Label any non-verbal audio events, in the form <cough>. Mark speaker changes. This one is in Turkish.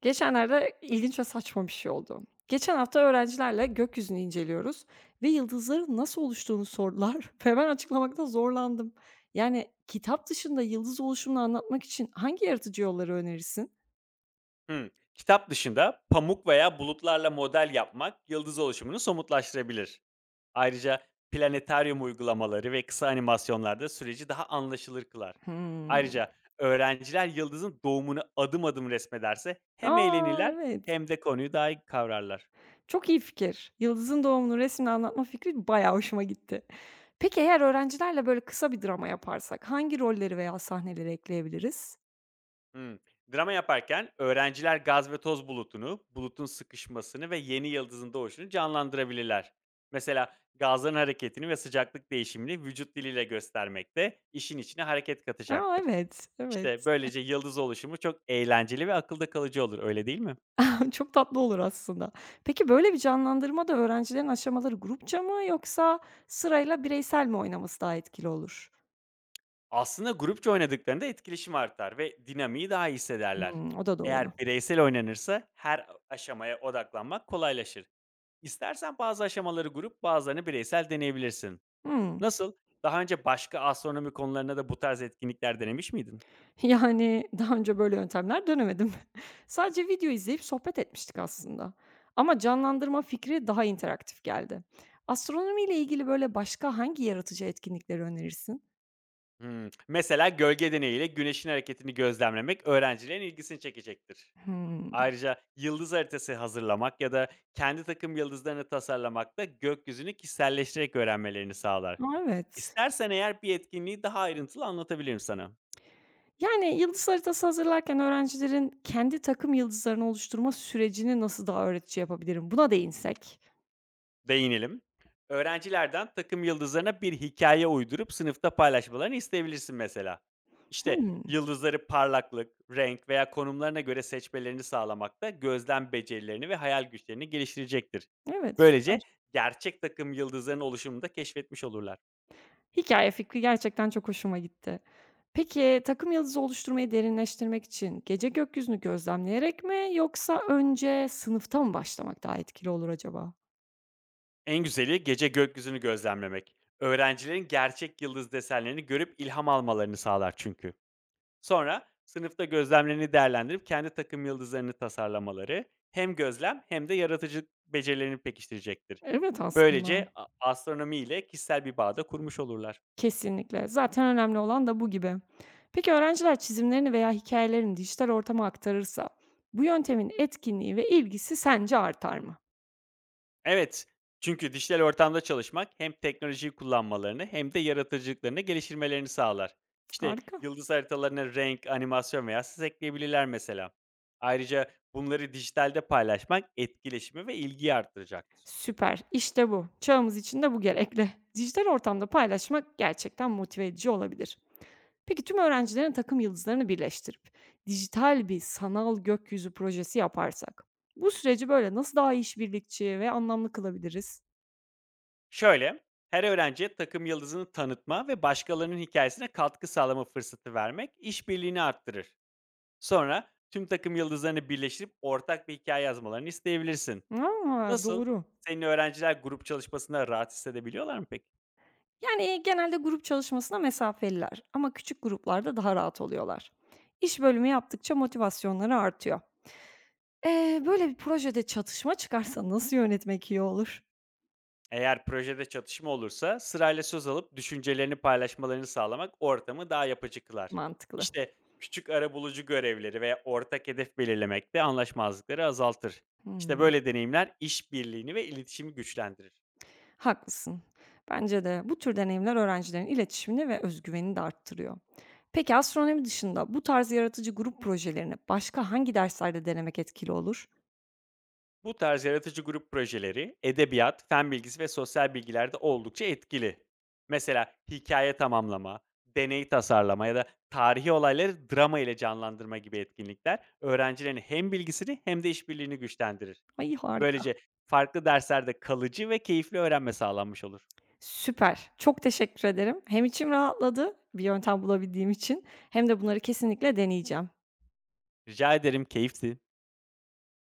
Speaker 1: Geçenlerde ilginç ve saçma bir şey oldu. Geçen hafta öğrencilerle gökyüzünü inceliyoruz ve yıldızların nasıl oluştuğunu sordular <laughs> ve ben açıklamakta zorlandım. Yani kitap dışında yıldız oluşumunu anlatmak için hangi yaratıcı yolları önerirsin?
Speaker 2: Hımm. Kitap dışında pamuk veya bulutlarla model yapmak yıldız oluşumunu somutlaştırabilir. Ayrıca planetaryum uygulamaları ve kısa animasyonlar da süreci daha anlaşılır kılar.
Speaker 1: Hmm.
Speaker 2: Ayrıca öğrenciler yıldızın doğumunu adım adım resmederse hem
Speaker 1: Aa,
Speaker 2: eğlenirler
Speaker 1: evet.
Speaker 2: hem de konuyu daha iyi kavrarlar.
Speaker 1: Çok iyi fikir. Yıldızın doğumunu resimle anlatma fikri bayağı hoşuma gitti. Peki eğer öğrencilerle böyle kısa bir drama yaparsak hangi rolleri veya sahneleri ekleyebiliriz?
Speaker 2: Hımm. Drama yaparken öğrenciler gaz ve toz bulutunu, bulutun sıkışmasını ve yeni yıldızın doğuşunu canlandırabilirler. Mesela gazların hareketini ve sıcaklık değişimini vücut diliyle göstermek de işin içine hareket
Speaker 1: Aa,
Speaker 2: katacaktır.
Speaker 1: evet,
Speaker 2: İşte
Speaker 1: evet.
Speaker 2: böylece yıldız oluşumu çok eğlenceli ve akılda kalıcı olur, öyle değil mi?
Speaker 1: <laughs> Çok tatlı olur aslında. Peki böyle bir canlandırmada öğrencilerin aşamaları grupça mı yoksa sırayla bireysel mi oynaması daha etkili olur?
Speaker 2: Aslında grupça oynadıklarında etkileşim artar ve dinamiği daha iyi hissederler.
Speaker 1: Hımm, o da doğru.
Speaker 2: Eğer bireysel oynanırsa her aşamaya odaklanmak kolaylaşır. İstersen bazı aşamaları grup, bazılarını bireysel deneyebilirsin.
Speaker 1: Hımm.
Speaker 2: Nasıl? Daha önce başka astronomi konularına da bu tarz etkinlikler denemiş miydin?
Speaker 1: <laughs> Yani, daha önce böyle yöntemler denemedim. <laughs> Sadece video izleyip sohbet etmiştik aslında ama canlandırma fikri daha interaktif geldi. Astronomi ile ilgili böyle başka hangi yaratıcı etkinlikleri önerirsin?
Speaker 2: Hımm. Mesela gölge deneyiyle güneşin hareketini gözlemlemek öğrencilerin ilgisini çekecektir.
Speaker 1: Hımm.
Speaker 2: Ayrıca yıldız haritası hazırlamak ya da kendi takım yıldızlarını tasarlamak da gökyüzünü kişiselleştirerek öğrenmelerini sağlar.
Speaker 1: A, evet.
Speaker 2: İstersen eğer bir etkinliği daha ayrıntılı anlatabilirim sana.
Speaker 1: Yani, yıldız haritası hazırlarken öğrencilerin kendi takım yıldızlarını oluşturma sürecini nasıl daha öğretici yapabilirim? Buna değinsek.
Speaker 2: Değinelim. Öğrencilerden takım yıldızlarına bir hikaye uydurup sınıfta paylaşmalarını isteyebilirsin mesela. İşte,
Speaker 1: Hımm.
Speaker 2: yıldızları parlaklık, renk veya konumlarına göre seçmelerini sağlamak da gözlem becerilerini ve hayal güçlerini geliştirecektir.
Speaker 1: Evet, süper.
Speaker 2: Böylece gerçek takım yıldızlarının oluşumunu da keşfetmiş olurlar.
Speaker 1: Hikaye fikri gerçekten çok hoşuma gitti. Peki, takım yıldızı oluşturmayı derinleştirmek için gece gökyüzünü gözlemleyerek mi yoksa önce sınıfta mı başlamak daha etkili olur acaba?
Speaker 2: En güzeli gece gökyüzünü gözlemlemek. Öğrencilerin gerçek yıldız desenlerini görüp ilham almalarını sağlar çünkü. Sonra sınıfta gözlemlerini değerlendirip kendi takım yıldızlarını tasarlamaları hem gözlem hem de yaratıcı becerilerini pekiştirecektir.
Speaker 1: Evet, aslında.
Speaker 2: Böylece astronomi ile kişisel bir bağda kurmuş olurlar.
Speaker 1: Kesinlikle. Zaten önemli olan da bu gibi. Peki öğrenciler çizimlerini veya hikayelerini dijital ortama aktarırsa bu yöntemin etkinliği ve ilgisi sence artar mı?
Speaker 2: Evet, çünkü dijital ortamda çalışmak hem teknolojiyi kullanmalarını hem de yaratıcılıklarını geliştirmelerini sağlar. İşte
Speaker 1: Harika.
Speaker 2: yıldız haritalarına renk, animasyon veya ses ekleyebilirler mesela. Ayrıca bunları dijitalde paylaşmak etkileşimi ve ilgiyi arttıracaktır.
Speaker 1: Süper. İşte bu. Çağımız için de bu gerekli. Dijital ortamda paylaşmak gerçekten motive edici olabilir. Peki tüm öğrencilerin takım yıldızlarını birleştirip dijital bir sanal gökyüzü projesi yaparsak bu süreci böyle nasıl daha işbirlikçi ve anlamlı kılabiliriz?
Speaker 2: Şöyle, her öğrenciye takım yıldızını tanıtma ve başkalarının hikayesine katkı sağlama fırsatı vermek işbirliğini arttırır. Sonra tüm takım yıldızlarını birleştirip ortak bir hikaye yazmalarını isteyebilirsin.
Speaker 1: Aa,
Speaker 2: Nasıl?
Speaker 1: doğru.
Speaker 2: Senin öğrenciler grup çalışmasında rahat hissedebiliyorlar mı peki?
Speaker 1: Yani, genelde grup çalışmasına mesafeliler ama küçük gruplarda daha rahat oluyorlar. İş bölümü yaptıkça motivasyonları artıyor. Böyle bir projede çatışma çıkarsa nasıl yönetmek iyi olur?
Speaker 2: Eğer projede çatışma olursa sırayla söz alıp düşüncelerini paylaşmalarını sağlamak ortamı daha yapıcı kılar.
Speaker 1: Mantıklı.
Speaker 2: İşte küçük arabulucu görevleri veya ortak hedef belirlemek de anlaşmazlıkları azaltır. İşte
Speaker 1: Hımm,
Speaker 2: böyle deneyimler işbirliğini ve iletişimi güçlendirir.
Speaker 1: haklısın. Bence de bu tür deneyimler öğrencilerin iletişimini ve özgüvenini de arttırıyor. Peki astronomi dışında bu tarz yaratıcı grup projelerini başka hangi derslerde denemek etkili olur?
Speaker 2: Bu tarz yaratıcı grup projeleri edebiyat, fen bilgisi ve sosyal bilgilerde oldukça etkili. Mesela hikaye tamamlama, deney tasarlama ya da tarihi olayları drama ile canlandırma gibi etkinlikler öğrencilerin hem bilgisini hem de işbirliğini güçlendirir.
Speaker 1: Ay, harika.
Speaker 2: Böylece farklı derslerde kalıcı ve keyifli öğrenme sağlanmış olur.
Speaker 1: Süper. Çok teşekkür ederim. Hem içim rahatladı bir yöntem bulabildiğim için hem de bunları kesinlikle deneyeceğim.
Speaker 2: Rica ederim, keyifti.